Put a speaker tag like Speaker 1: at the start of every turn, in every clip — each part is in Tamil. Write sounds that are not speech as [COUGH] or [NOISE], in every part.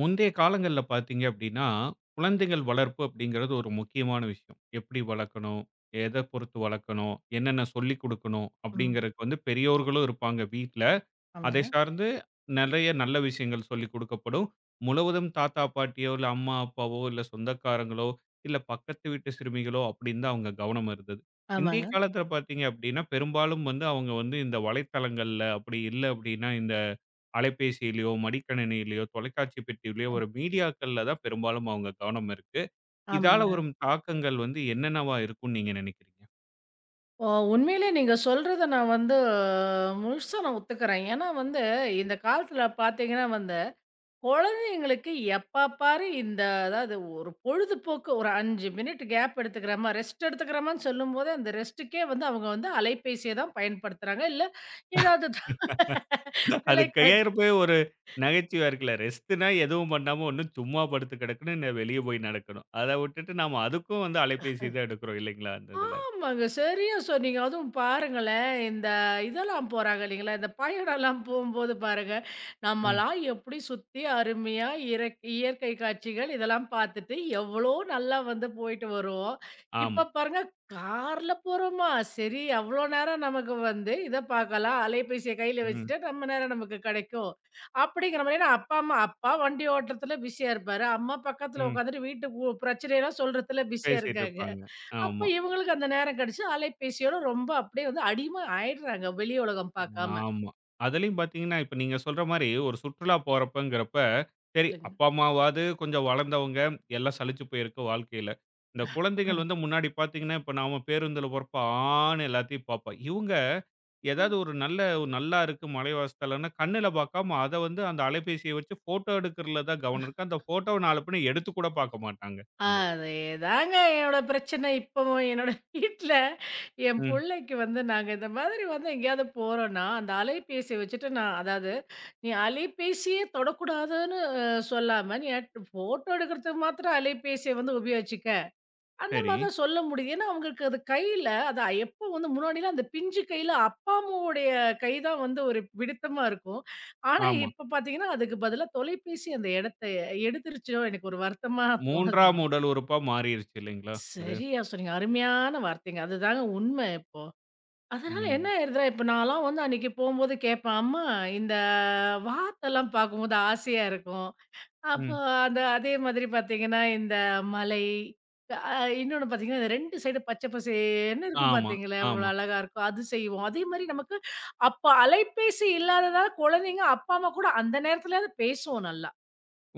Speaker 1: முந்தைய காலங்கள்ல பார்த்தீங்க அப்படின்னா, குழந்தைகள் வளர்ப்பு அப்படிங்கிறது ஒரு முக்கியமான விஷயம். எப்படி வளர்க்கணும்? எத பொறுத்து வளர்க்கணும்? என்னென்ன சொல்லிக் குடுக்கணும்?
Speaker 2: ம்.
Speaker 1: அப்படிங்கிறதுக்கு வந்து பெரியோர்களும் இருப்பாங்க வீட்ல. அதை
Speaker 2: ஆமாங்க.
Speaker 1: சார்ந்து நிறைய நல்ல விஷயங்கள் சொல்லிக் கொடுக்கப்படும். முழுவதும் தாத்தா, பாட்டியோ, இல்ல அம்மா, அப்பாவோ, இல்ல சொந்தக்காரங்களோ, இல்ல பக்கத்து வீட்டு சிறுமிகளோ அப்படின்னு தான் அவங்க கவனம் இருந்தது. இந்திய
Speaker 2: ஆமாங்க.
Speaker 1: காலத்துல பார்த்தீங்க அப்படின்னா, பெரும்பாலும் வந்து அவங்க வந்து இந்த வலைத்தளங்கள்ல அப்படி இல்ல அப்படின்னா, இந்த அலைபேசியிலயோ, மடிக்கணினியிலயோ, தொலைக்காட்சி பெட்டியிலயோ ஒரு மீடியாக்கள்ல தான் பெரும்பாலும் அவங்க கவனம் இருக்கு. இதால
Speaker 2: ஆமாங்க.
Speaker 1: வரும் தாக்கங்கள் வந்து என்னென்னவா இருக்கும்னு நீங்க நினைக்கிறீங்க?
Speaker 2: ஓ! உண்மையிலே நீங்க சொல்றத நான் வந்து முழுசா நான் ஒத்துக்கிறேன். ஏன்னா வந்து இந்த காலத்துல பார்த்தீங்கன்னா வந்து, குழந்தைங்களுக்கு எப்ப பாரு இந்த அதாவது ஒரு பொழுதுபோக்கு ஒரு 5 மினிட் கேப் எடுத்துக்கிறோமா, ரெஸ்ட் எடுத்துக்கிறோமான்னு சொல்லும்போது, அந்த ரெஸ்ட்டுக்கே வந்து அவங்க வந்து அலைபேசிய தான் பயன்படுத்துறாங்க. இல்ல ஏதாவது
Speaker 1: அது
Speaker 2: தொலைக்க
Speaker 1: கையாயிரப்பவே ஒரு நகைச்சுவையா இருக்குல்ல. ரெஸ்ட்னா எதுவும் பண்ணாம ஒண்ணு சும்மா படுத்து கிடக்கணும், வெளிய போய் நடக்கணும். அத விட்டுட்டு நாம அதுக்கும் வந்து அலைபேசி தான் எடுக்கிறோம் இல்லைங்களா? அந்த இதுல.
Speaker 2: ஆமாங்க. சரியா சொன்னீங்க. அதுவும் பாருங்களேன், இந்த இதெல்லாம் போறாங்க இல்லைங்களா, இந்த பயணம்லாம் போம்போது பாருங்க,
Speaker 1: ம்.
Speaker 2: நம்மலாம் எப்படி சுத்தி அருமையா இயற்கை காட்சிகள் இதெல்லாம் பார்த்துட்டு, எவ்வளோ நல்லா வந்து போயிட்டு வருவோம்.
Speaker 1: ஆமா.
Speaker 2: இப்ப பாருங்க, கார்ல போறோமா, சரி அவ்வளோ நேரம் நமக்கு வந்து இத பார்க்கலாம், அலைபேசிய கையில
Speaker 1: ம்.
Speaker 2: வச்சுட்டு நம்ம நேரம் நமக்கு கிடைக்கும். அப்படிங்கிற மாரி ஏன்னா அப்பா, அம்மா அப்பா வண்டி ஓட்டுறதுல பிஸியா இருப்பாரு. அம்மா பக்கத்துல
Speaker 1: ம்.
Speaker 2: உட்காந்துட்டு வீட்டு பிரச்சனையெல்லாம் சொல்றதுல பிஸியா
Speaker 1: பேசிட்டு
Speaker 2: இருக்காங்க.
Speaker 1: இருப்பாங்க.
Speaker 2: அப்ப
Speaker 1: ஆமா.
Speaker 2: இவங்களுக்கு அந்த நேரம் கிடைச்சு, அலைபேசியோட ரொம்ப அப்படியே வந்து அடிமை ஆயிடுறாங்க. வெளி உலகம் பார்க்காம.
Speaker 1: ஆமா. அதுலயும் பாத்தீங்கன்னா, இப்ப நீங்க சொல்ற மாரி ஒரு சுற்றுலா போறப்பங்கிறப்ப, சரி
Speaker 2: சொல்லுங்க.
Speaker 1: அப்பா, அம்மாவாவது கொஞ்சம் வளர்ந்தவங்க, எல்லாம் சலிச்சு போயிருக்கு வாழ்க்கையில. இந்த குழந்தைகள் வந்து முன்னாடி பாத்தீங்கன்னா, இப்ப நாம பேருந்துல போறப்ப ஆன்னு எல்லாத்தையும் பாப்பா. இவுங்க ஏதாவது
Speaker 2: ம்.
Speaker 1: ஒரு நல்ல ஒரு நல்லா இருக்கு மலைவாசத்தலன்னா, கண்ணுல பாக்காம அத வந்து அந்த அலைபேசிய வச்சு ஃபோட்டோ எடுக்கிறதுல தான் கவனம் இருக்கு. அந்த ஃபோட்டோவ 4 பேரும் எடுத்து கூட பாக்க மாட்டாங்க. அந்த இதுல.
Speaker 2: அதேதாங்க என்னோட பிரச்சனை இப்பவும். என்னோட வீட்ல என்
Speaker 1: ம்.
Speaker 2: புள்ளைக்கு வந்து நாங்க இந்த மாதிரி வந்து எங்கேயாவது போறோம்ன்னா, அந்த அலைபேசிய வச்சுட்டு நான் அதாவது நீ அலைபேசியே தொடக்கூடாதுன்னு சொல்லாம, நீ அட் ஃபோட்டோ எடுக்கிறதுக்கு மாத்திரம் அலைபேசிய வந்து உபயோகிச்சுக்க. அந்த
Speaker 1: சரி.
Speaker 2: மாதிரி தான் சொல்ல முடியுது. ஏன்னா, அவங்களுக்கு அது கையில அது எப்போ வந்து முன்னாடிலாம் அந்த பிஞ்சு கையில அப்பா, அம்மாவுடைய கை தான் வந்து ஒரு பிடித்தமா இருக்கும். ஆனா,
Speaker 1: ஆமா.
Speaker 2: இப்ப பார்த்தீங்கன்னா, அதுக்கு பதிலா தொலைபேசி அந்த இடத்த எடுத்துருச்சோ! எனக்கு ஒரு வருத்தமா
Speaker 1: 3ஆம்
Speaker 2: தோணுதுங்க.
Speaker 1: உடல் உறுப்பா மாறிருச்சு இல்லைங்களா? அது.
Speaker 2: சரியா சொன்னீங்க. அருமையான வார்த்தைங்க. அதுதாங்க உண்மை இப்போ. அதனால என்ன
Speaker 1: ம்.
Speaker 2: ஆயிருதுன்னா, இப்ப நான்லாம் வந்து அன்னைக்கு போம்போது கேட்பேன், "அம்மா இந்த வாத்தெல்லாம் பார்க்கும்போது ஆசையா இருக்கும். அப்போ
Speaker 1: ம்.
Speaker 2: அந்த அதே மாதிரி பார்த்தீங்கன்னா, இந்த மலை, அ இன்னொன்னு பார்த்தீங்கன்னா, இந்த 2 சைடும் பச்சை பசேல்ன்னு இருக்கும்
Speaker 1: ஆமா,
Speaker 2: பார்த்தீங்களா? அவ்வளோ
Speaker 1: ஆமா.
Speaker 2: அழகா இருக்கும். அது செய்வோம். அதே மாரி நமக்கு அப்ப அலைபேசி இல்லாததால குழந்தைங்க, அப்பா, அம்மா கூட அந்த நேரத்துலயாவது பேசுவோம் நல்லா.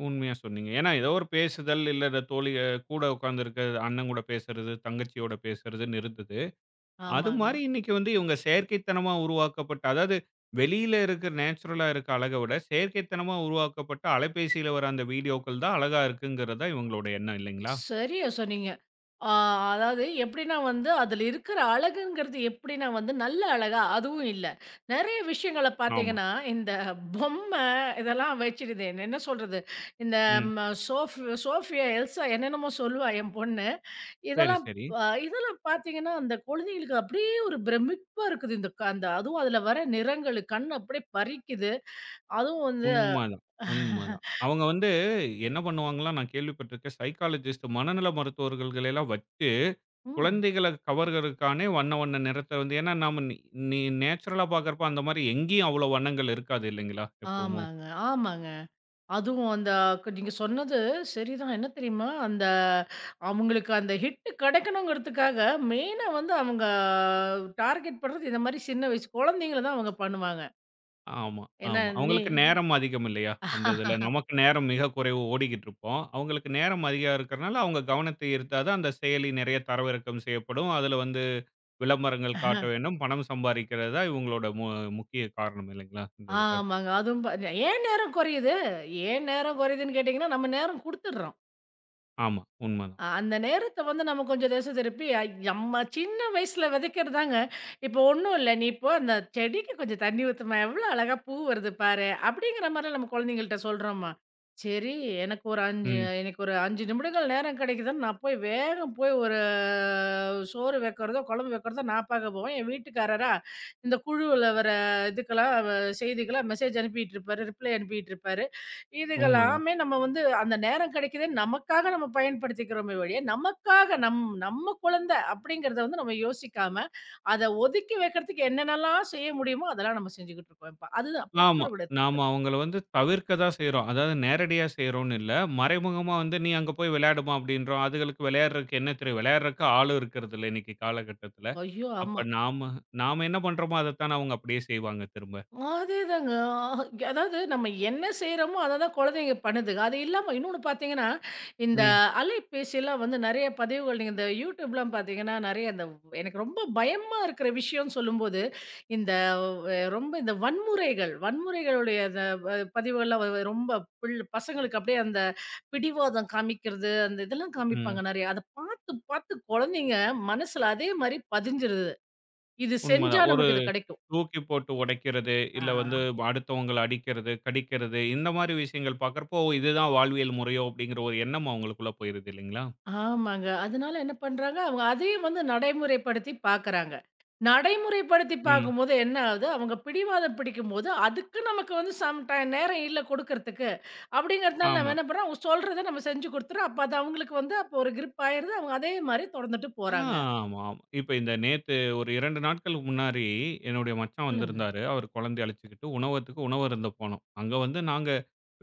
Speaker 1: உண்மையா சொன்னீங்க. ஏன்னா ஏதோ ஒரு பேசுதல், இல்ல இந்த தோழி கூட உட்கார்ந்திருக்க அண்ணன் கூட பேசுறது, தங்கச்சியோட பேசுறதுன்னு இருந்தது. அது
Speaker 2: ஆமாங்க.
Speaker 1: மாரி இன்னைக்கு வந்து இவங்க செயற்கைத்தனமா உருவாக்கப்பட்ட அதாவது வெளியில இருக்கிற நேச்சுரலா இருக்க அழக விட, செயற்கைத்தனமா உருவாக்கப்பட்ட அலைபேசியில வர அந்த வீடியோக்கள் தான் அழகா இருக்குங்கிறது தான் இவங்களோட எண்ணம் இல்லைங்களா?
Speaker 2: சரியா சொன்னீங்க. ஆ அதாவது எப்படின்னா வந்து, அதில இருக்கிற அழகுங்கிறது எப்படின்னா வந்து, நல்ல அழகா அதுவும் இல்ல. நெறைய விஷயங்கள
Speaker 1: ஆமா.
Speaker 2: பார்த்தீங்கன்னா, இந்த பொம்மை இதெல்லாம் வச்சுடுது. என்ன சொல்றது? இந்த
Speaker 1: ம்.
Speaker 2: ம சோஃப் சோஃபியா, எல்சா என்னென்னமோ சொல்லுவா என் பொண்ணு.
Speaker 1: சரி,
Speaker 2: இதெல்லாம்
Speaker 1: சரி.
Speaker 2: இதெல்லாம் பார்த்தீங்கன்னா, அந்த குழந்தைங்களுக்கு அப்படியே ஒரு பிரமிப்பா இருக்குது. இந்த அந்த அதுவும் அதில வர நிறங்கள் கண் அப்படியே பறிக்குது. அதுவும் வந்து
Speaker 1: உண்மதான், உண்மதான். அவங்க வந்து என்ன பண்ணுவாங்கலாம் நான் கேள்விப்பட்டிருக்கேன். சைக்காலஜிஸ்ட் மனநல மருத்துவர்களையெல்லாம் வச்சு
Speaker 2: ம்.
Speaker 1: குழந்தைகள கவர்றதுக்கானே வண்ண வண்ண நிறத்த வந்து ஏன்னா நாம நி நி நேச்சுரலா பார்க்கிறப்ப அந்த மாரி எங்கேயும் அவ்வளோ வண்ணங்கள் இருக்காது இல்லைங்களா? எப்பவும்.
Speaker 2: ஆமாங்க, ஆமாங்க. அதுவும் அந்த நீங்க சொன்னது சரிதான். என்ன தெரியுமா? அந்த அவங்களுக்கு அந்த ஹிட்டு கெடைக்கணுங்கிறதுக்காக மெயினா வந்து அவங்க டார்கெட் பண்றது இந்த மாரி சின்ன வயசு குழந்தைங்கள தான் அவங்க பண்ணுவாங்க.
Speaker 1: ஆமா,
Speaker 2: ஏன்னா
Speaker 1: ஆமா.
Speaker 2: நீ
Speaker 1: அவங்களுக்கு நேரம் அதிகம் இல்லையா? அந்த இதுல. நமக்கு நேரம் மிக குறைவு ஓடிக்கிட்டு இருப்போம். அவங்களுக்கு நேரம் அதிகம் இருக்கிறனால அவங்க கவனத்தை ஈர்த்தா தான் அந்த செயலி நிறைய தரவிறக்கம் செய்யப்படும். அதுல வந்து விளம்பரங்கள் காட்ட வேண்டும். பணம் சம்பாதிக்கிறது தான் இவங்களோட முக்கிய காரணம் இல்லைங்களா? இந்த இதுல.
Speaker 2: ஆமாங்க. அதுவும் "ஏன் நேரம் குறையுது? ஏன் நேரம் குறையுதுன்னு கேட்டீங்கன்னா, நம்ம நேரம் குடுத்துடுறோம்."
Speaker 1: ஆமா. உண்மதான்.
Speaker 2: அந்த நேரத்த வந்து நம்ம கொஞ்சம் திசை திருப்பி, நம்ம சின்ன வயசுல விதைக்கிறதாங்க. இப்போ ஒண்ணும் இல்ல, "நீ இப்போ அந்த செடிக்கு கொஞ்சம் தண்ணி ஊத்தும்மா, எவ்ளோ அழகா பூ வருது பாரு" அப்படிங்கிற மாரிலாம் நம்ம குழந்தைங்கள்ட்ட சொல்றோம்மா. சரி, எனக்கு ஒரு 5
Speaker 1: ம்.
Speaker 2: எனக்கு ஒரு 5 நிமிடங்கள் நேரம் கிடைக்குதுன்னு நான் போய் வேகம் போய் ஒரு சோறு வைக்கிறதோ, குழம்பு வைக்கிறதோ நான் பார்க்க போவேன். என் வீட்டுக்காரரா, இந்த குழுவுல வர இதுக்கெல்லாம் செய்திக்கெல்லாம் மெசேஜ் அனுப்பிட்டு இருப்பாரு, ரிப்ளை அனுப்பிட்டு இருப்பாரு.
Speaker 1: உண்மதான்.
Speaker 2: இதுகளாமே நம்ம வந்து அந்த நேரம் கிடைக்குதே நமக்காக நம்ம பயன்படுத்திக்கிறோமே ஒழிய, நமக்காக நம்ம குழந்தை அப்படிங்கிறத வந்து நம்ம யோசிக்காம, அத ஒதுக்கி வைக்கிறதுக்கு என்னென்னலாம் செய்ய முடியுமோ அதெல்லாம் நம்ம செஞ்சுகிட்டு இருக்கோம் இப்ப. அதுதான்
Speaker 1: ஆமா.
Speaker 2: பெற்றோர்களோட
Speaker 1: நாம அவங்கள வந்து தவிர்க்க தான் செய்றோம். அதாவது நேரடியா செய்றோம்னு இல்ல. மறைமுகமா வந்து "நீ அங்க போய் விளையாடுமா" அப்படின்றோம். அதுகளுக்கு விளையாடுறதுக்கு என்ன தெரியும்? விளையாடுறதுக்கு ஆளும் இருக்கிறது இல்ல இன்னைக்கு காலகட்டத்தில.
Speaker 2: ஐயோ! ஆமா.
Speaker 1: அப்ப நாம நாம என்ன பண்றோமோ அதத்தானே அவங்க அப்படியே செய்வாங்க திரும்ப.
Speaker 2: அதேதாங்க. ஆஹ் அதாவது நம்ம என்ன செய்றோமோ, அத தான் குழந்தைங்க பண்ணுதுங்க. அது இல்லாம இன்னொன்னு பார்த்தீங்கன்னா, இந்த
Speaker 1: ம்,
Speaker 2: அலைபேசிலாம் வந்து நெறைய பதிவுகள் நீங்க இந்த YouTubeலாம் பார்த்தீங்கன்னா, நெறைய இந்த எனக்கு ரொம்ப பயமா இருக்கிற விஷயம்னு சொல்லும்போது, இந்த வ ரொம்ப இந்த வன்முறைகள், வன்முறைகளுடைய அந்த பதிவுகள்லாம் ரொம்ப பசங்களுக்கு அப்படியே அந்த பிடிவாதம் காமிக்கிறது, அந்த இதெல்லாம்
Speaker 1: ம்.
Speaker 2: காமிப்பாங்க நெறைய. அத பார்த்து, பார்த்து குழந்தைங்க மனசுல அதே மாரி பதிஞ்சிருது. இது செஞ்சா
Speaker 1: உண்மதான். ஒரு
Speaker 2: நமக்கு இது கிடைக்கும்.
Speaker 1: தூக்கி போட்டு உடைக்கிறது, இல்ல வந்து
Speaker 2: ஆ.
Speaker 1: அடுத்தவங்கள அடிக்கிறது, கடிக்கிறது இந்த மாரி விஷயங்கள் பார்க்கறப்போ, இதுதான் வாழ்வியல் முறையோ அப்படிங்கிற ஒரு எண்ணம் அவங்களுக்குள்ள போயிருது இல்லைங்களா?
Speaker 2: ஆமாங்க. அதனால என்ன பண்றாங்க, அவங்க அதையும் வந்து நடைமுறைப்படுத்தி பார்க்குறாங்க. நடைமுறைப்படுத்தி
Speaker 1: ம்.
Speaker 2: பார்க்கும்போது என்ன ஆகுது, அவங்க பிடிவாதம் பிடிக்கும்போது, அதுக்கு நமக்கு வந்து சம் டைம் நேரம் இல்ல குடுக்கறதுக்கு. அப்படிங்கிறதுனால நம்ம
Speaker 1: ஆமா.
Speaker 2: என்ன பண்றோம், அவங்க சொல்றத நம்ம செஞ்சு குடுத்துறோம். அப்ப அது அவங்களுக்கு வந்து அப்போ ஒரு கிரிப் ஆயிருது. அவங்க அதே மாரி தொடர்ந்துட்டு
Speaker 1: ஆ,
Speaker 2: போறாங்க.
Speaker 1: ஆமா, ஆமா. இப்ப இந்த நேத்து ஒரு 2 நாட்களுக்கு முன்னாடி என்னுடைய மச்சான்
Speaker 2: சொல்லுங்க.
Speaker 1: வந்திருந்தாரு. அவர் குழந்தைய அழைச்சுக்கிட்டு உணவகத்துக்கு உணவு அருந்த போனோம். அங்க வந்து நாங்க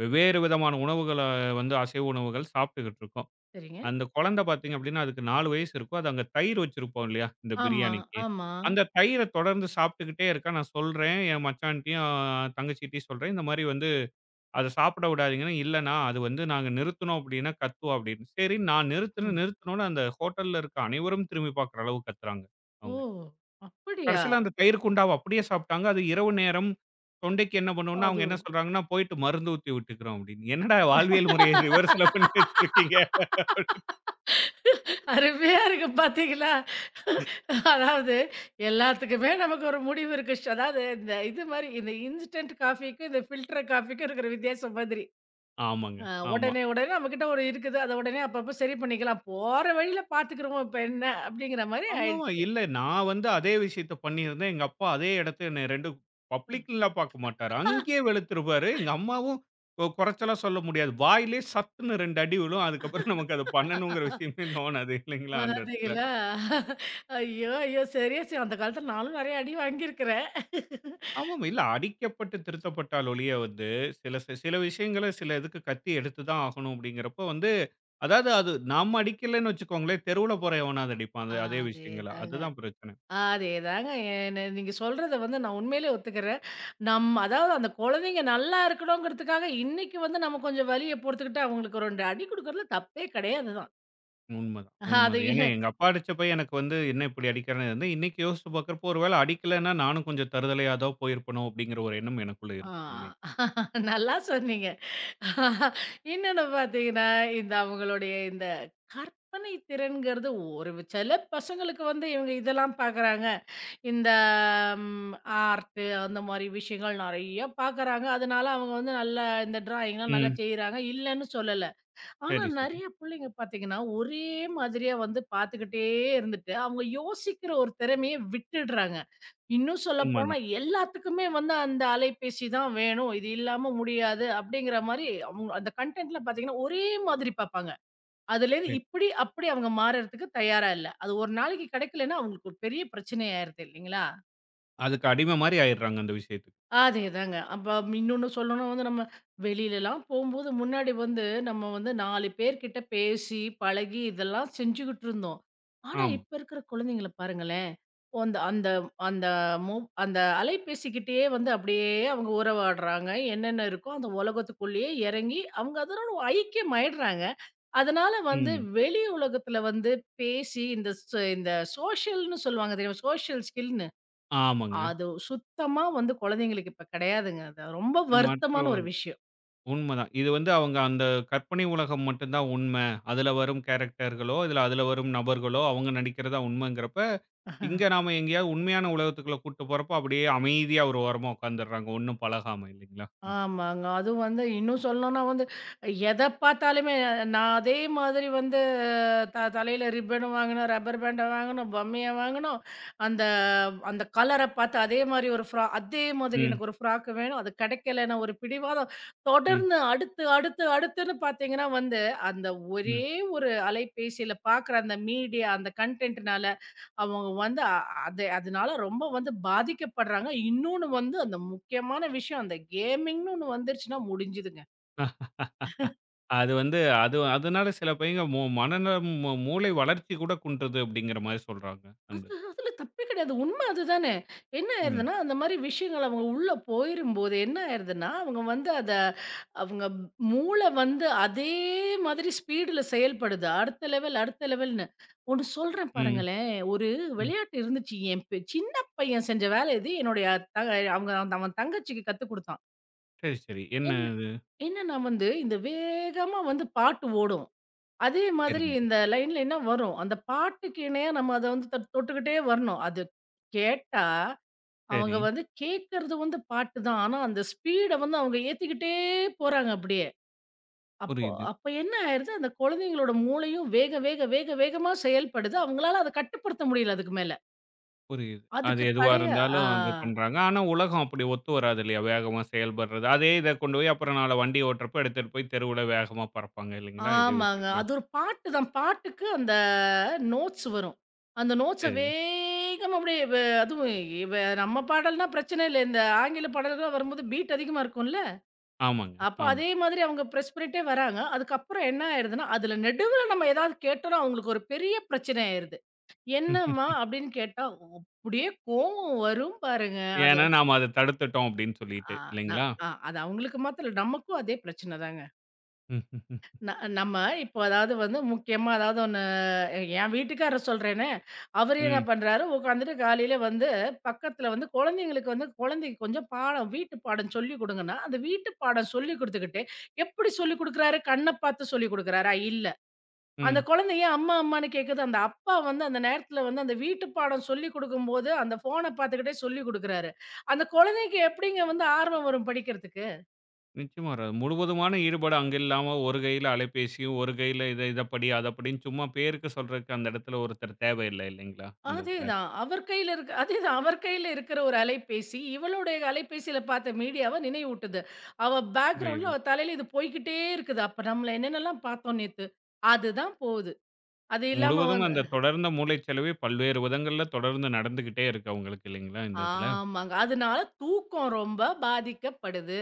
Speaker 1: வெவ்வேறு விதமான உணவுகள வந்து அசைவ உணவுகள் சாப்பிட்டுக்கிட்டு இருக்கோம்.
Speaker 2: சரிங்க.
Speaker 1: அந்த குழந்தை பார்த்தீங்க அப்படின்னா, அதுக்கு 4 வயசு இருக்கும். அது அங்க தயிர் வச்சிருப்போம் இல்லையா? இந்த
Speaker 2: ஆமா,
Speaker 1: பிரியாணிக்கு.
Speaker 2: ஆமா.
Speaker 1: அந்த தயிர தொடர்ந்து சாப்பிட்டுக்கிட்டே இருக்கா. நான் சொல்றேன், என் மச்சான்ட்டயும், தங்கச்சிட்டயும் சொல்றேன். இந்த மாரி வந்து அத சாப்பிட விடாதீங்கன்னா, இல்லண்ணா அது வந்து நாங்க நிறுத்துனோம் அப்டின்னா கத்தும் அப்டின்னு. சரி நான்
Speaker 2: ம்.
Speaker 1: நிறுத்துனோனே அந்த ஹோட்டல்ல இருக்க அனைவரும் திரும்பி பார்க்குற அளவு கத்துறாங்க
Speaker 2: ஓ!
Speaker 1: அவங்க.
Speaker 2: அப்படியா?
Speaker 1: கடைசில அந்த தயிர் குண்டாவ அப்படியே சாப்ட்டாங்க. அது இரவு நேரம் தொண்டைக்கு என்ன பண்ணும்னா, அவங்க என்ன
Speaker 2: அதுவும்.
Speaker 1: சொல்றாங்கன்னா, "போயிட்டு மருந்து ஊத்தி விட்டுக்கிறோம்" அப்டின்னு. என்னடா வாழ்வியல் முறைய ரிவர்ஸ்ல பண்ணி வச்சிருக்கீங்க.
Speaker 2: [LAUGHS] அருமையா இருக்கு பாத்தீங்களா? அதாவது எல்லாத்துக்குமே நமக்கு ஒரு முடிவு இருக்கு. அதாவது இந்த இது மாரி இந்த இன்ஸ்டன்ட் காஃபிக்கும், இந்த ஃபில்டர் காஃபிக்கும் இருக்கிற வித்தியாசம் மாதிரி.
Speaker 1: ஆமாங்க.
Speaker 2: அ
Speaker 1: ஆமா.
Speaker 2: உடனே உடனே நம்மகிட்ட ஒரு இருக்குது. அத உடனே அப்பப்ப சரி பண்ணிக்கலாம். போற வழியில பாத்துக்குருவோம் இப்ப என்ன? அப்படிங்கிற மாரி
Speaker 1: ஆமாமா.
Speaker 2: ஆயிடுச்சு.
Speaker 1: இல்ல நான் வந்து அதே விஷயத்த பண்ணியிருந்தேன். எங்க அப்பா அதே இடத்த என்ன 2 பப்ளிக்லாம் பார்க்க மாட்டாரு. அங்கேயே வெளுத்துருப்பாரு. எங்க அம்மாவும் குறைச்சலா சொல்ல முடியாது. வாயிலே சத்துன்னு 2 அடி விழும். அதுக்கப்புறம் நமக்கு அத பண்ணணுங்கிற விஷயமே தோணாது இல்லைங்களா அந்த இடத்துல.
Speaker 2: பாத்தீங்களா? ஐயோ! ஐயோ! சரியா சொ அந்த காலத்துல நானும் நெறைய அடி வாங்கியிருக்கிறேன்.
Speaker 1: ஆமாமா. இல்ல அடிக்கப்பட்டு திருத்தப்பட்டால் ஒழிய வந்து சில சில விஷயங்கள சில இதுக்கு கத்தி எடுத்து தான் ஆகணும் அப்படிங்கிறப்போ வந்து அதாவது அது நம்ம அடிக்கலன்னு வச்சுக்கோங்களேன், தெருவுல போற எவனாவது அடிப்பான். அது அதே விஷயங்கள.
Speaker 2: அதேதாங்க.
Speaker 1: அதுதான் பிரச்சனை.
Speaker 2: அதேதாங்க. என்ன நீங்க சொல்றத வந்து நான் உண்மையிலே ஒத்துக்கிறேன். அதாவது அந்த குழந்தைங்க நல்லா இருக்கணுங்கிறதுக்காக, இன்னைக்கு வந்து நம்ம கொஞ்சம் வலிய பொறுத்துக்கிட்டு, அவங்களுக்கு 2 அடி குடுக்குறதுல தப்பே கிடையாது தான்.
Speaker 1: உண்மதான்,
Speaker 2: அது
Speaker 1: உண்மதான். ஏன்னா
Speaker 2: ஏ
Speaker 1: எங்க அப்பா அடிச்சப்ப எனக்கு வந்து என்ன இப்படி அடிக்கிறான்னு இருந்தது. இன்னைக்கு யோசிச்சு பார்க்கிறப்போ ஒருவேள அடிக்கலன்னா நானும் கொஞ்சம் தறுதலையா ஏதோ போயிருப்பனோ அப்படிங்கிற ஒரு எண்ணம் எனக்குள்ள
Speaker 2: ஆ
Speaker 1: இருக்கு உண்மையிலே.
Speaker 2: நல்லா சொன்னீங்க. இன்னொன்னு பார்த்தீங்கன்னா, இந்த அவங்களுடைய இந்த கற்பனை திறன்கிறது ஒரு சில பசங்களுக்கு வந்து இவங்க இதெல்லாம் பார்க்குறாங்க. இந்த ம், ஆர்ட் அந்த மாரி விஷயங்கள் நெறைய பார்க்குறாங்க. அதனால அவங்க வந்து நல்லா இந்த டிராயிங்லாம் நல்லா
Speaker 1: ம்.
Speaker 2: செய்றாங்க. இல்லன்னு சொல்லல. ஆனா
Speaker 1: சரி, சரி.
Speaker 2: நெறைய புள்ளைங்க பார்த்தீங்கன்னா, ஒரே மாதிரியா வந்து பார்த்துக்கிட்டே இருந்துட்டு, அவங்க யோசிக்கிற ஒரு திறமைய விட்டுடுறாங்க. இன்னும் சொல்லப்போனா
Speaker 1: உண்மதான்.
Speaker 2: எல்லாத்துக்குமே வந்து அந்த அலைபேசி தான் வேணும். இது இல்லாம முடியாது. அப்படிங்கிற மாரி அவங்க அந்த கன்டென்ட்ல பார்த்தீங்கன்னா, ஒரே மாதிரி பார்ப்பாங்க. அதுலேருந்து
Speaker 1: சரி.
Speaker 2: இப்படி, அப்படி அவங்க மாறுறதுக்கு தயாரா இல்ல. அது ஒரு நாளைக்கு கிடைக்கலன்னா அவங்களுக்கு ஒரு பெரிய பிரச்சனை ஆயிருது இல்லைங்களா?
Speaker 1: அதுக்கு அடிமை மாரி ஆயிடுறாங்க அந்த விஷயத்துக்கு.
Speaker 2: அதேதாங்க. அப்ப இன்னொன்னு சொல்லணும்னா வந்து நம்ம வெளியிலலாம் போம்போது முன்னாடி வந்து நம்ம வந்து 4 பேர்கிட்ட பேசி, பழகி இதெல்லாம் செஞ்சுகிட்டு இருந்தோம். ஆனா,
Speaker 1: ஆமா.
Speaker 2: இப்ப இருக்கிற குழந்தைங்கள பாருங்களேன். அந்த அந்த அந்த மொ அந்த அலைபேசிக்கிட்டயே வந்து அப்படியே அவங்க உறவாடுறாங்க. என்னென்ன இருக்கோ அந்த உலகத்துக்குள்ளேயே இறங்கி அவங்க அதனோட ஐக்கியமாயிடுறாங்க. அதனால வந்து
Speaker 1: ம்.
Speaker 2: வெளி உலகத்துல வந்து பேசி இந்த இந்த சோஷியல்ன்னு சொல்லுவாங்க தெரியுமா? சோஷியல் ஸ்கில்னு
Speaker 1: ஆமாங்க.
Speaker 2: அது சுத்தமா வந்து குழந்தைங்களுக்கு இப்ப கிடையாதுங்க. அது ரொம்ப வருத்தமான
Speaker 1: மற்றும்
Speaker 2: ஒரு விஷயம்.
Speaker 1: உண்மதான். இது வந்து அவங்க அந்த கற்பனை உலகம் மட்டும் தான் உண்மை. அதுல வரும் கேரக்டர்களோ, இதுல அதுல வரும் நபர்களோ அவங்க நடிக்கிறதா உண்மைங்கிறப்ப, இங்க நாம எங்கேயாவது உண்மையான உலகத்துக்குள்ள கூட்டு போறப்போ அப்படியே அமைதியா ஒரு ஓரமா உட்கார்ந்துடுறாங்க. ஒண்ணும் பழகாம இல்லைங்களா?
Speaker 2: ஆமாங்க. அதுவும் வந்து இன்னும் சொல்லணும்னா வந்து எத பார்த்தாலுமே நான் அதே மாதிரி வந்து தலையில ரிப்பன் வாங்கணும், ரப்பர் பேண்ட வாங்கணும், பொம்மைய வாங்கணும். அந்த அந்த கலர பார்த்து அதே மாதிரி ஒரு ஃப்ரா அதே மாதிரி
Speaker 1: ம்,
Speaker 2: எனக்கு ஒரு ஃப்ராக் வேணும். அது கிடைக்கலன்னா ஒரு பிடிவாதம்.
Speaker 1: ம்,
Speaker 2: தொடர்ந்து அடுத்து, அடுத்து, அடுத்துன்னு பார்த்தீங்கன்னா வந்து, அந்த ஒரே
Speaker 1: ம்.
Speaker 2: ஒரு அலைபேசியில பார்க்குற அந்த மீடியா, அந்த கன்டென்ட்னால அவங்க வந்து அது அதனால ரொம்ப வந்து பாதிக்கப்படுறாங்க. இன்னொன்னு வந்து அந்த முக்கியமான விஷயம் அந்த கேமிங்ன்னு ஒண்ணு வந்துருச்சுன்னா முடிஞ்சுதுங்க.
Speaker 1: அ அது வந்து அது அதனால சில பையங்க மனநலம் மூளை வளர்ச்சி கூட குன்றுது அப்படிங்கிற மாரி சொல்றாங்க. அந்த இது.
Speaker 2: அதுல அதுல தப்பே கிடையாது. உண்மை அதுதானே. என்ன
Speaker 1: ஆமா.
Speaker 2: ஆயிருதுன்னா, அந்த மாரி விஷயங்கள் அவங்க உள்ள போயிரும்போது என்ன ஆயிருதுன்னா, அவங்க வந்து அத அவங்க மூளை வந்து அதே மாதிரி ஸ்பீடுல செயல்படுது. அடுத்த லெவல், அடுத்த லெவல்ன்னு. ஒண்ணு சொல்றேன்
Speaker 1: ம்,
Speaker 2: பாருங்களேன். ஒரு
Speaker 1: ம்.
Speaker 2: விளையாட்டு இருந்துச்சு. என் பெ சின்ன பையன் செஞ்ச வேலை இது. என்னுடைய த அவங்க அவன் தங்கச்சிக்கு கத்துக் குடுத்தான்.
Speaker 1: சரி, சரி. என்ன அது?
Speaker 2: என்னன்னா வந்து, இந்த வேகமா வந்து பாட்டு ஓடும். அதே மாதிரி
Speaker 1: சரிங்க.
Speaker 2: இந்த லைன்ல என்ன வரும், அந்த பாட்டுக்கு இணையா நம்ம அத வந்து தொட்டுக்கிட்டே வரணும். அது கேட்டா, அவங்க
Speaker 1: சரி.
Speaker 2: வந்து கேட்கறது வந்து பாட்டு தான். ஆனா, அந்த ஸ்பீட வந்து அவங்க ஏத்திக்கிட்டே போறாங்க அப்படியே. அப்போ
Speaker 1: புரியுது,
Speaker 2: அப்ப என்ன ஆயிருது, அந்த குழந்தைங்களோட மூளையும் வேக வேக வேக வேகமா செயல்படுது. அவங்களால அத கட்டுப்படுத்த முடியல அதுக்கு மேல.
Speaker 1: புரியுது. அது
Speaker 2: அதுக்கு
Speaker 1: எதுவா
Speaker 2: தடையா ஆ.
Speaker 1: இருந்தாலும் அது பண்றாங்க. ஆனா உலகம் அப்படி ஒத்து வராது இல்லையா? வேகமா செயல்படுறது. அதே இத கொண்டு போய் அப்புறம் நாள வண்டி ஓட்டுறப்ப எடுத்துட்டு போய் தெருவுல வேகமா பறப்பாங்க இல்லைங்களா? இதே
Speaker 2: ஆமாங்க.
Speaker 1: விஷயமே.
Speaker 2: அது ஒரு பாட்டு தான். பாட்டுக்கு அந்த நோட்ஸ் வரும். அந்த நோட்ஸ
Speaker 1: சரி.
Speaker 2: வேகமா அப்படியே வ அதுவும் இவ நம்ம பாடல்னா பிரச்சனை இல்ல. இந்த ஆங்கில பாடல்கள்லாம் வரும்போது பீட் அதிகமா இருக்கும்ல.
Speaker 1: ஆமாங்க.
Speaker 2: அப்ப
Speaker 1: ஆமா.
Speaker 2: அதே மாதிரி அவங்க பிரஸ் பண்ணிட்டே வராங்க. அதுக்கப்புறம் என்ன ஆயிடுதுன்னா, அதுல நடுவுல நம்ம ஏதாவது கேட்டோம்னா அவங்களுக்கு ஒரு பெரிய பிரச்சனை ஆயிருது. "என்னம்மா?"
Speaker 1: [LAUGHS]
Speaker 2: அப்படின்னு கேட்டா, அப்படியே கோவம் வரும் பாருங்க. அது
Speaker 1: ஏன்னா நாம அத தடுத்துட்டோம் அப்படின்னு
Speaker 2: ஆ
Speaker 1: சொல்லிட்டு
Speaker 2: நான்
Speaker 1: இல்லைங்களா?
Speaker 2: ஆ அது அவங்களுக்கு மாத்திரம் இல்ல. நமக்கும் அதே பிரச்சனை தாங்க.
Speaker 1: ம், ம்,
Speaker 2: ந நம்ம இப்போ அதாவது வந்து முக்கியமா அதாவது ஒண்ணு என் வீட்டுக்காரர் சொல்றேனே, அவரு என்ன
Speaker 1: ம்.
Speaker 2: பண்றாரு, உட்காந்துட்டு காலையில வந்து பக்கத்துல வந்து குழந்தைங்களுக்கு வந்து குழந்தைக்கு கொஞ்சம் பாடம், வீட்டு பாடம் சொல்லிக் குடுங்கன்னா, அந்த வீட்டு பாடம் சொல்லிக் குடுத்துக்கிட்டு, எப்படி சொல்லிக் குடுக்குறாரு? கண்ண பார்த்து சொல்லிக் குடுக்குறாரா? இல்ல.
Speaker 1: ம்
Speaker 2: அந்த குழந்தை ஏன் அம்மா, அம்மான்னு கேட்குது? அந்த அப்பா வந்து அந்த நேரத்துல வந்து அந்த வீட்டு பாடம் சொல்லிக் குடுக்கும்போது, அந்த ஃபோன பார்த்துக்கிட்டே சொல்லிக் குடுக்குறாரு. அந்த குழந்தைக்கு எப்படிங்க வந்து ஆர்வம் வரும் படிக்கிறதுக்கு?
Speaker 1: நிச்சயமா வராது. முழுவதுமான ஈடுபாடு அங்க இல்லாம ஒரு கையில அலைபேசியும், ஒரு கையில இத இத படி, அத படின்னு சும்மா பேருக்கு சொல்றதுக்கு அந்த இடத்துல ஒருத்தர் தேவையில்ல இல்லைங்களா? அந்த இதுல.
Speaker 2: அதேதான். அவர் கையில இருக்கிற ஒரு அலைபேசி, இவளுடைய அலைபேசியில பார்த்த மீடியாவ நினைவூட்டுது. அவ
Speaker 1: புரியுது.
Speaker 2: பேக்கிரவுண்ட்ல அவ தலையில இது போய்க்கிட்டே இருக்குது. அப்ப நம்மள என்னென்னலாம் பார்த்தோம் நேத்து. அதுதான் போகுது. அது இல்லாம
Speaker 1: முழுவதும்
Speaker 2: வந்து
Speaker 1: அந்த தொடர்ந்த மூளைச்சலவை பல்வேறு விதங்கள்ல தொடர்ந்து நடந்துகிட்டே இருக்கு அவங்களுக்கு இல்லைங்களா? இந்த இதுல.
Speaker 2: ஆமாங்க. அதனால தூக்கம் ரொம்ப பாதிக்கப்படுது.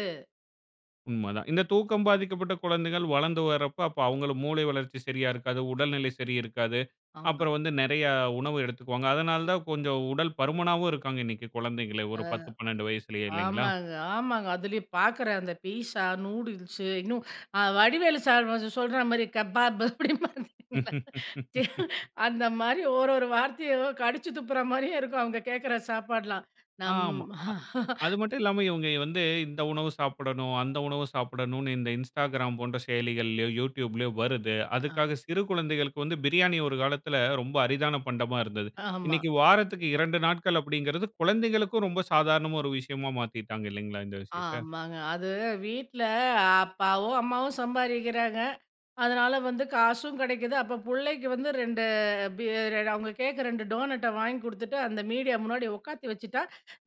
Speaker 1: உண்மதான். இந்த தூக்கம் பாதிக்கப்பட்ட குழந்தைகள் வளர்ந்து வரப்ப, அப்ப அவங்கள மூளை வளர்ச்சி சரியா இருக்காது, உடல்நிலை சரி இருக்காது.
Speaker 2: ஆமா.
Speaker 1: அப்புறம் வந்து நிறைய உணவு எடுத்துக்குவாங்க. அதனால தான் கொஞ்சம் உடல் பருமனாவும் இருக்காங்க இன்னைக்கு குழந்தைங்களே ஒரு
Speaker 2: அ
Speaker 1: 10, 12 வயசுலயே இல்லைங்களா?
Speaker 2: ஆமாங்க, ஆமாங்க. அதுலயும் பார்க்குற அந்த பீஸா, நூடுல்ஸு இன்னும் வடிவேலு சார் வந்து சொல்ற மாரி கபாப் அப்படி மாதிரி [LAUGHS] சி
Speaker 1: [LAUGHS]
Speaker 2: அந்த மாரி ஒரு ஒரு வார்த்தையும் கடிச்சு துப்புற மாரியே இருக்கும் அவங்க கேட்குற சாப்பாடுலாம். நம்
Speaker 1: ஆமா. அது மட்டும் இல்லாம இவங்க வந்து இந்த உணவு சாப்பிடணும், அந்த உணவு சாப்பிடணும்னு இந்த Instagram போன்ற செயலிகள்லயோ, YouTubeலயோ வருது.
Speaker 2: ஆ.
Speaker 1: அதுக்காக
Speaker 2: [LAUGHS]
Speaker 1: சிறு குழந்தைகளுக்கு வந்து பிரியாணி ஒரு காலத்துல ரொம்ப அரிதான பண்டமா இருந்தது.
Speaker 2: ஆமா.
Speaker 1: இன்னைக்கு வாரத்துக்கு 2 நாட்கள் அப்படிங்கிறது குழந்தைகளுக்கும் ரொம்ப சாதாரணமா ஒரு விஷயமா மாத்திட்டாங்க இல்லைங்களா இந்த விஷயத்த?
Speaker 2: ஆமாங்க. அது வீட்ல அப்பாவும், அம்மாவும் சம்பாரிக்கிறாங்க. அதனால வந்து காசும் கிடைக்குது. அப்ப புள்ளைக்கு வந்து பி அவங்க கேட்க 2 டோனட்ட வாங்கி குடுத்துட்டு, அந்த மீடியா முன்னாடி உட்காத்தி வச்சுட்டா,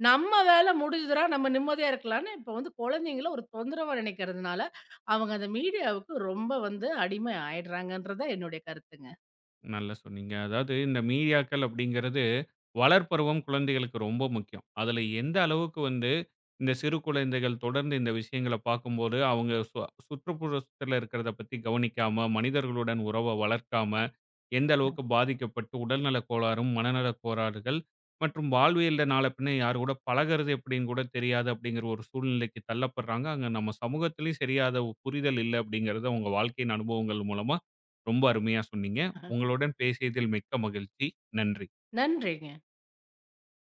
Speaker 2: நம்ம வேல முடிஞ்சுதுடா நம்ம நிம்மதியா இருக்கலான்னு, இப்ப வந்து குழந்தைங்கள ஒரு தொந்தரவா நினைக்கிறதுனால, அவங்க அந்த மீடியாவுக்கு ரொம்ப வந்து அடிமை ஆயிடுறாங்கன்றது தான் என்னுடைய கருத்துங்க.
Speaker 1: நல்லா சொன்னீங்க. அதாவது இந்த மீடியாக்கள் அப்படிங்கிறது, வளர்ப்பருவம் குழந்தைகளுக்கு ரொம்ப முக்கியம். அதுல எந்த அளவுக்கு வந்து இந்த சிறு குழந்தைகள் தொடர்ந்து இந்த விஷயங்கள பார்க்கும்போது, அவங்க சுற்றுப்புறத்தில இருக்கிறத பத்தி கவனிக்காம, மனிதர்களுடன் உறவ வளர்க்காம, எந்த அளவுக்கு பாதிக்கப்பட்டு உடல்நலக் கோளாறும், மனநலக் கோளாறுகள் மற்றும் வாழ்வியல்ல நாள பின்ன யார் கூட பழகுறது எப்படின்னு கூட தெரியாது அப்படிங்கிற ஒரு சூழ்நிலைக்கு தள்ளப்படுறாங்க. அங்க நம்ம சமூகத்திலயும் சரியா அத புரிதல் இல்ல அப்படிங்கிறத உங்க வாழ்க்கையின் அனுபவங்கள் மூலமா ரொம்ப அருமையா சொன்னீங்க. உங்களுடன் பேசியதில் மிக்க மகிழ்ச்சி. நன்றி.
Speaker 2: நன்றிங்க.